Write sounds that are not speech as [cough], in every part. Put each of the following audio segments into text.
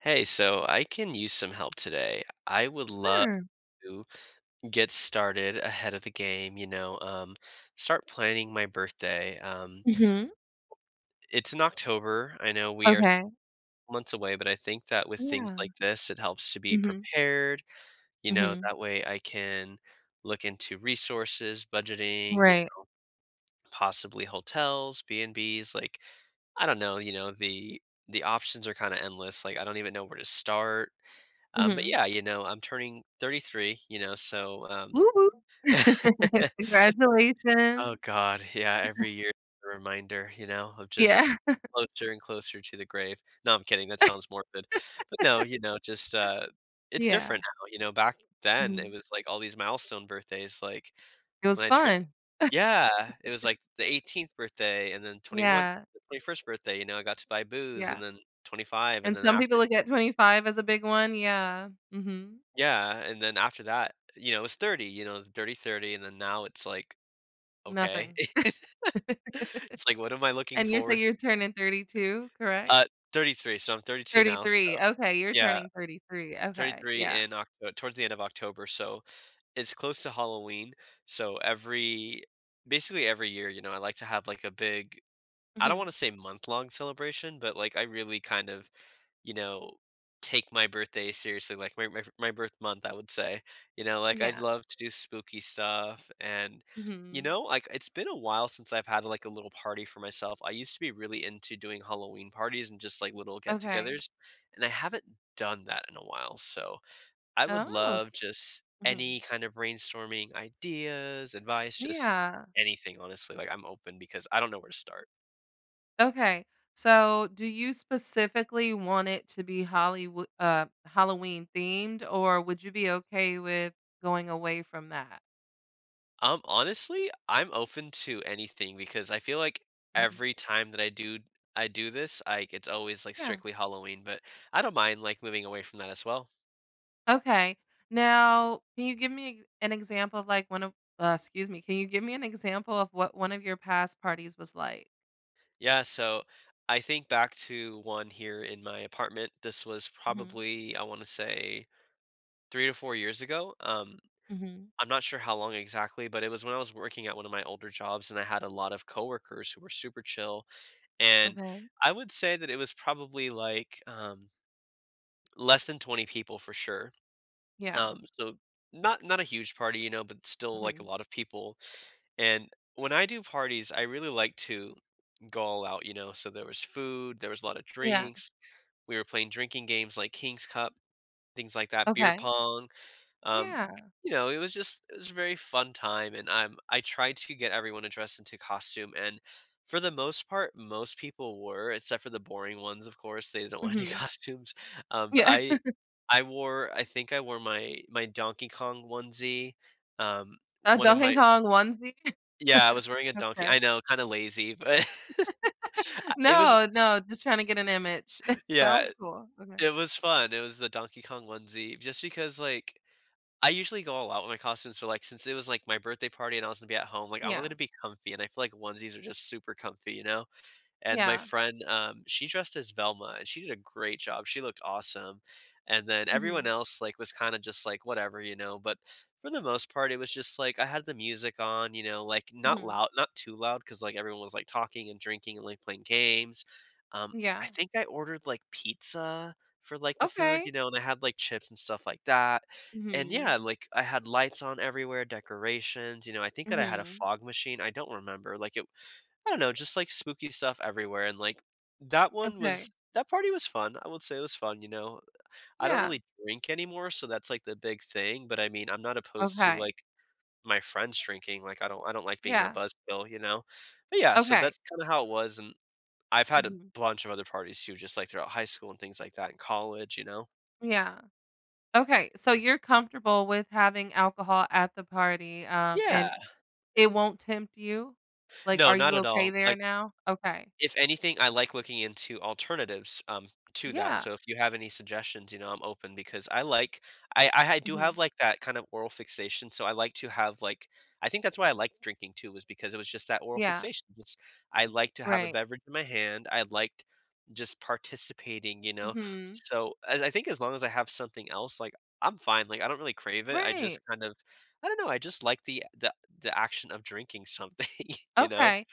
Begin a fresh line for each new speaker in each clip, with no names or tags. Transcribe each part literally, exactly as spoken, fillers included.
Hey, so I can use some help today. I would love
Sure.
to get started ahead of the game, you know, um, start planning my birthday. Um,
Mhm.
it's in October. I know we are
Okay.
months away, but I think that with things
Yeah.
like this, it helps to be
Mhm.
prepared. You know,
Mhm.
that way I can look into resources, budgeting, you
Right.
know, possibly hotels, B&Bs, like I don't know, you know, the the options are kind of endless. Like I don't even know where to start. Um, but
Mhm.
yeah, you know, I'm turning thirty-three, you know, so um,
Woo woo.
[laughs]
[laughs]
oh
Congratulations.
God, yeah, every year a reminder, you know, of just
Yeah. [laughs]
closer and closer to the grave. No, I'm kidding. That sounds morbid, but no, you know, just uh, it's different
Yeah.
now. You know, back then it
Mhm.
was like all these milestone birthdays, like
It was
when I turned,
fun.
yeah, it was like the eighteenth birthday and then twenty-one,
Yeah.
the twenty-first birthday, you know, I got to buy booze
Yeah.
and then twenty-five. And
And
then
some people
after.
look at twenty-five as a big one. Yeah. Mhm.
Yeah, and then after that, you know, it was thirty, you know, dirty thirty, and then now it's like, okay.
Nothing.
[laughs] It's like, what am I looking
And you say
forward.
you're turning thirty-two, correct?
Uh, thirty-three, so I'm thirty-two now, so
thirty-three. Okay. You're
yeah,
turning thirty-three. Okay.
thirty-three
Yeah.
in October, towards the end of October, so it's close to Halloween, so every basically every year, you know, I like to have, like, a big. I don't wanna
Mhm.
say month-long celebration, but, like, I really kind of, you know, take my birthday seriously, like my, my my birth month, I would say. You know, like I'd
Yeah.
love to do spooky stuff and you
Mhm.
know, like it's been a while since I've had like a little party for myself. I used to be really into doing Halloween parties and just like little
Okay.
get-togethers, and I haven't done that in a while. So, I would
Oh.
love just any
Mhm.
kind of brainstorming ideas, advice, just
Yeah.
anything honestly. Like I'm open because I don't know where to start.
Okay. So, do you specifically want it to be Hollywood uh Halloween themed, or would you be okay with going away from that?
Um, honestly, I'm open to anything because I feel like
Mhm.
every time that I do I do this, like it's always like
Yeah.
strictly Halloween, but I don't mind like moving away from that as well.
Okay. Now, can you give me an example of like one of uh, excuse me, can you give me an example of what one of your past parties was like?
Yeah, so I think back to one here in my apartment. This was
Mhm.
probably I want to say three to four years ago. Um,
Mhm.
I'm not sure how long exactly, but it was when I was working at one of my older jobs and I had a lot of coworkers who were super chill, and
Okay.
I would say that it was probably like um less than twenty people for sure.
Yeah.
Um, so not not a huge party, you know, but still like a
Mhm.
lot of people. And when I do parties, I really like to go all out, you know. So there was food, there was a lot of
Yeah.
drinks. We were playing drinking games like King's Cup, things like that, beer
Okay.
pong. Um, bec
Yeah.
you know, it was just it was a very fun time, and I'm I tried to get everyone to dress into costume, and for the most part, most people were, except for the boring ones, of course, they didn't wanna do [laughs]
Mhm.
costumes, um, but
Yeah.
I
[laughs]
I wore, I think I wore my my Donkey Kong onesie, um,
A
one of my
Donkey Kong onesie. [laughs]
Yeah, I was wearing a donkey, I
Okay.
know, kinda lazy, but [laughs] I it was
No, no, just trying to get an image. [laughs]
Yeah,
Sounds cool. Okay.
it was fun, it was the Donkey Kong onesie just because, like, I usually go all out with my costumes, for like, since it was, like, my birthday party and I was gonna be at home, like, I wanted
Yeah,
to be comfy, and I feel like onesies are just super comfy, you know? And my
yeah.
friend, um, she dressed as Velma, and she did a great job, she looked awesome, and then everyone
Mhm,
else, like, was kinda just like, "Whatever," you know, but for the most part, it was just like, I had the music on, you know, like, not
mhm,
loud not too loud, because like, everyone was, like, talking and drinking and, like, playing games. Um, I
yeah.
think I ordered, like, pizza for, like, the food,
Okay.
you know, and I had, like, chips and stuff like that, and
Mhm,
yeah, like, I had lights on everywhere, decorations, you know, I think that I had a
mhm.
fog machine, I don't remember, like, it I don't know, just like spooky stuff everywhere, and like that one was
Okay.
that party was fun. I would say it was fun, you know. I don't
Yeah.
really drink anymore, so that's like the big thing. But I mean, I'm not opposed to
Okay.
like my friends drinking. Like I don't I don't like being a
Yeah.
buzzkill, you know. But yeah, so
Okay.
that's kind of how it was, and I've had a
Mhm.
bunch of other parties too, just like throughout high school and things like that, in college, you know.
Yeah. Okay, so you're comfortable with having alcohol at the party, um, and
Yeah,
it won't tempt you? Like,
no,
are
not
you
at
okay
all.
there
Like,
now? Okay.
if anything, I like looking into alternatives, um, to that,
Yeah.
so if you have any suggestions, you know, I'm open because I like, I I I do have,
Mhm.
like, that kind of oral fixation, so I like to have, like, I think that's why I liked drinking too was because it was just that oral
Yeah.
fixation, just I like to have a
Right.
beverage in my hand, I liked just participating, you know?
Mhm.
So, as I think as long as I have something else, like, I'm fine, like, I don't really crave it, I just
Right.
kind of I don't know, I just like the the the action of drinking something, [laughs] you know?
Okay.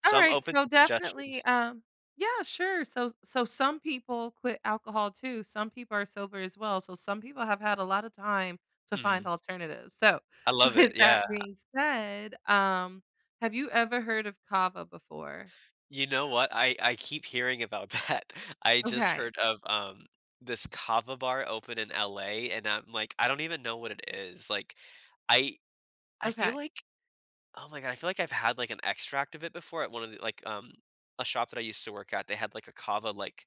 So I'm
Alright,
open
so
to
definitely,
suggestions.
um. Yeah, sure. So so some people quit alcohol too. Some people are sober as well. So some people have had a lot of time to
Mhm.
find alternatives. So,
I
[laughs]
love it,
with
yeah.
that being said, um, have you ever heard of kava before?
You know what? I I keep hearing about that. [laughs] I just
Okay.
heard of, um, this kava bar open in L A, and I'm like, I don't even know what it is, like, I I feel
Okay.
like, oh my god, I feel like I've had, like, an extract of it before at one of the like, um, a shop that I used to work at, they had, like, a kava, like,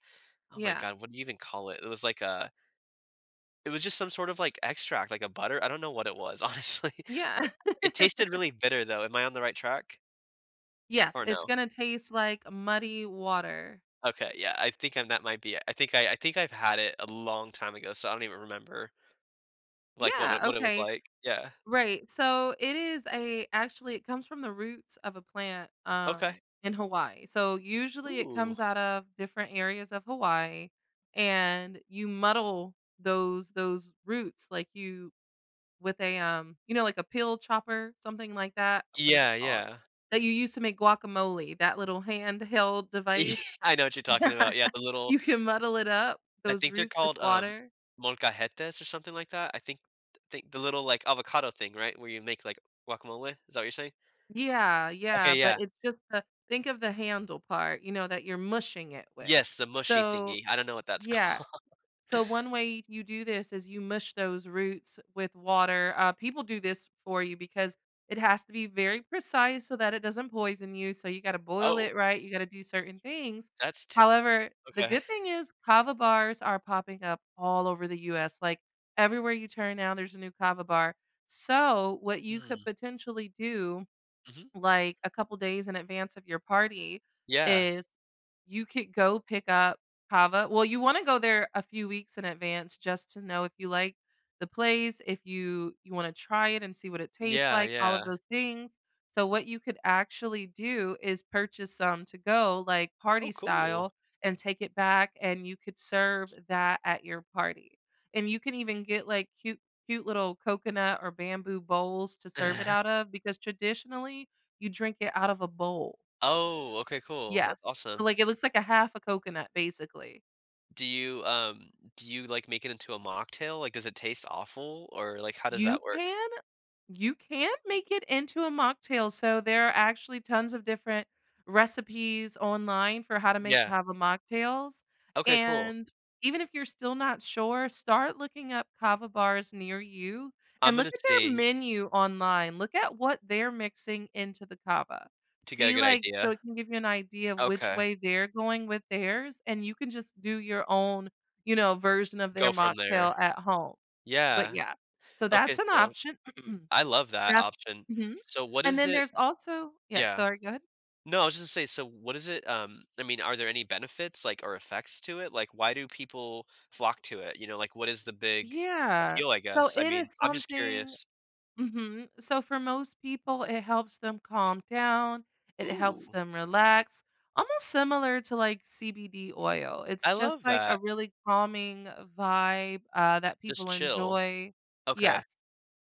oh my
Yeah.
god, what do you even call it? It was like a, it was just some sort of, like, extract, like a butter, I don't know what it was, [laughs] honestly,
Yeah.
but
[laughs]
it tasted really bitter, though. Am I on the right track?
Yes,
Or
it's
no?
gonna taste like muddy water.
Okay, yeah, I think I'm that might be it. I think I I think I've had it a long time ago, so I don't even remember, like, what
Yeah,
what what it was
okay.
like. Yeah.
Right. So it is a actually it comes from the roots of a plant
Okay.
um in Hawaii. So usually it
Ooh.
comes out of different areas of Hawaii, and you muddle those those roots like you with a um you know like a pill chopper, something like that. What is it
Yeah,
called?
yeah. [laughs]
That you use to make guacamole, that little handheld device. [laughs]
I know what you're talking
Yeah.
about. Yeah, the little.
You can muddle it up,
I
those
think they're
roots with
called, um,
water.
molcajetes or something like that. I think think the little, like, avocado thing, right? Where you make, like, guacamole? Is that what you're saying?
Yeah, yeah,
Okay,
but
yeah.
it's just the think of the handle part, you know, that you're mushing it with.
Yes, the mushy
So,
thingy. I don't know what that's [laughs]
yeah.
called.
So one way you do this is you mush those roots with water. Uh, people do this for you because it has to be very precise so that it doesn't poison you. So you got to boil
Oh,
it right. You got to do certain things.
that's t
However, the
okay.
good thing is kava bars are popping up all over the U S. Like everywhere you turn now, there's a new kava bar. So what you could
Mm,
potentially do
mhm.
like a couple days in advance of your party
Yeah.
is you could go pick up kava. Well, you want to go there a few weeks in advance just to know if you like the place, if you you want to try it and see what it tastes
Yeah,
like, all of
yeah.
those things. So what you could actually do is purchase some to go like
Oh,
party
cool.
style, and take it back, and you could serve that at your party. And you can even get like cute cute little coconut or bamboo bowls to serve it out
[laughs]
of, because traditionally you drink it out of a bowl.
Oh, okay, cool. That's
Yes. So,
awesome.
like, it looks like a half a coconut, basically.
Do you, um, do you, like, make it into a mocktail? Like, does it taste awful, or, like, how does
You
that work?
can you can make it into a mocktail, so there are actually tons of different recipes online for how to make
Yeah.
cava mocktails,
Okay, cool.
and even if you're still not sure, start looking up cava bars near you
I'm
and look
gonna
at their
see
menu online, look at what they're mixing into the cava.
to get a
See,
good
like, so
idea.
it can give you an idea of which
Okay.
way they're going with theirs, and you can just do your own, you know, version of their
Go from
mocktail
there.
at home. But
Yeah.
yeah, so
Okay,
that's an
so
option. [clears throat]
I love that
That's
option.
mhm,
So what
and
is
then
it.
there's also yeah,
Yeah.
sorry, go ahead.
No, I was just gonna say, so what is it, um, I mean, are there any benefits, like, or effects to it? Like, why do people flock to it? You know, like, what is the big
Yeah,
appeal, I
so
guess? I
it
mean,
is
I'm just
something
curious.
mhm, so for most people, it helps them calm down, it helps
Ooh.
them relax, almost similar to, like, C B D oil. It's
I
just,
love
like, a
that.
really calming vibe, uh, that
Just
people
chill.
enjoy.
Okay.
Yes.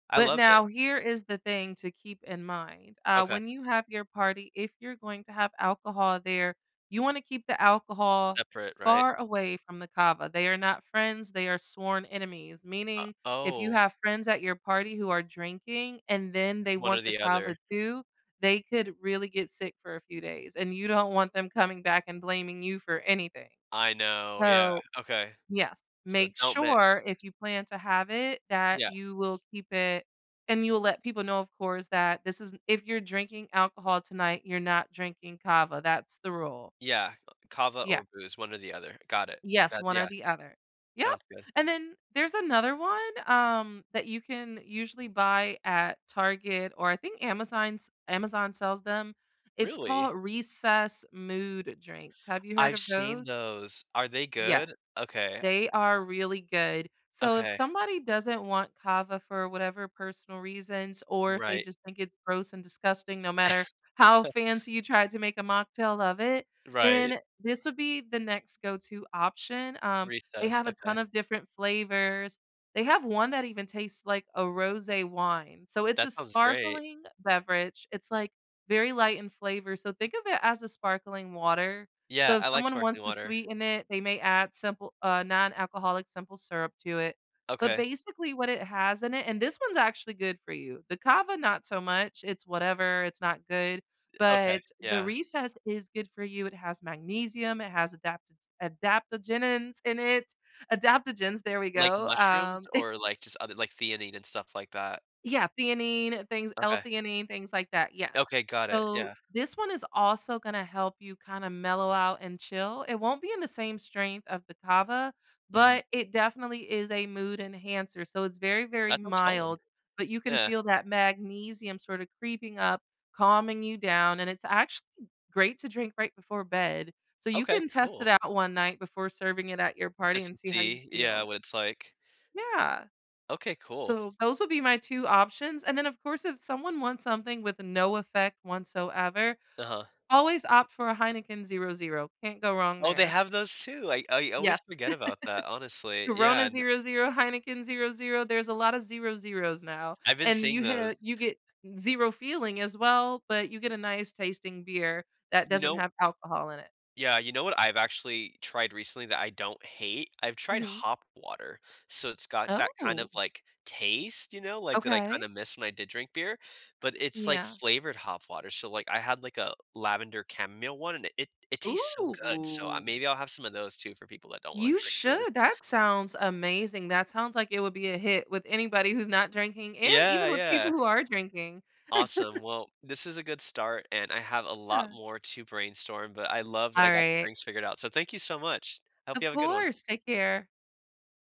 I
But
love it.
now here is the thing to keep in mind. Uh,
Okay.
when you have your party, if you're going to have alcohol there, you want to keep the alcohol
Separate, right?
far away from the kava. They are not friends, they are sworn enemies.
Uh,
Meaning, if you
oh,
have friends at your party who are drinking and then they
one or
want the
the
kava
other.
too, they could really get sick for a few days. And you don't want them coming back and blaming you for anything.
I know, yeah,
So
okay.
Yes.
So
Make
don't mix.
sure if you plan to have it that
Yeah,
you will keep it and you'll let people know, of course, that this is if you're drinking alcohol tonight, you're not drinking cava. That's the rule.
yeah, kava
Yeah.
or booze, one or the other. Got it.
Yes,
That,
one or
yeah,
the other.
sounds
Yep.
good.
And then there's another one um, that you can usually buy at Target, or I think Amazon's Amazon sells them. It's
Really?
called recess mood drinks. Have you heard
I've
of
seen
those?
those. Are they
Yeah.
good? Okay,
They are really good. So if
okay.
somebody doesn't want kava for whatever personal reasons, or if they
Right,
just think it's gross and disgusting, no matter how fancy you try to make a mocktail of it,
right.
then this would be the next go-to option. Um, they
Recess,
have a
okay.
ton of different flavors. They have one that even tastes like a rosé wine. So it's
That
a
sounds great.
sparkling beverage. It's like very light in flavor. So think of it as a sparkling water,
Yeah,
so if
I like
someone
sparkling
wants to
water.
sweeten it, they may add simple uh, non-alcoholic simple syrup to it. But
Okay,
basically what it has in it and this one's actually good for you. The kava not so much. It's whatever, it's not good.
okay,
But the
yeah.
recess is good for you. It has magnesium, it has adapto- adaptogens in it. Adaptogens, there we
Like
go.
mushrooms
Um. [laughs]
or, like, just other like theanine and stuff like that?
Yeah, theanine, things
Okay.
L-theanine, things like that, yes.
Okay, got it,
So,
yeah.
this one is also gonna help you kinda mellow out and chill. It won't be in the same strength of the kava,
Mhm.
but it definitely is a mood enhancer, so it's very, very
That sounds fun.
mild, but you can
Yeah.
feel that magnesium sorta creeping up, calming you down, and it's actually great to drink right before bed. So, you
Okay,
can test
cool.
it out one night before serving it at your party
Just
and
to
see how you
see yeah,
feel.
what it's like.
Yeah.
Okay, cool.
So those would be my two options, and then, of course, if someone wants something with no effect whatsoever,
Uh-huh.
always opt for a Heineken zero can. Can't go wrong
Oh, they
there.
have those too, I I always
Yes.
forget about that,
[laughs]
honestly, yeah,
Corona
and
zero zero, Heineken zero zero. There's a lot of zero zeros now,
I've been
and
seeing
you
those.
have you get zero feeling as well, but you get a nice tasting beer that
You
doesn't
know
have alcohol in it.
Yeah, you know what I've actually tried recently that I don't hate? I've tried
Mhm.
hop water. So it's got that kind of,
Oh,
like, taste, you know, like, that I
okay.
kinda miss when I did drink beer, but it's, like,
Yeah.
flavored hop water. So, like, I had, like, a lavender chamomile one, and it it tastes so good. So, uh,
Ooh.
maybe I'll have some of those too for people that don't wanna
You
drink booze.
should. That sounds amazing. That sounds like it would be a hit with anybody who's not drinking and
Yeah,
even with people
yeah.
who are drinking.
Awesome. Well, this is a good start, and I have a lot
Yeah.
more to brainstorm, but I love that I
All
got the
right.
drinks figured out. So thank you so much. I hope you
Of
have a good one.
course. Take care.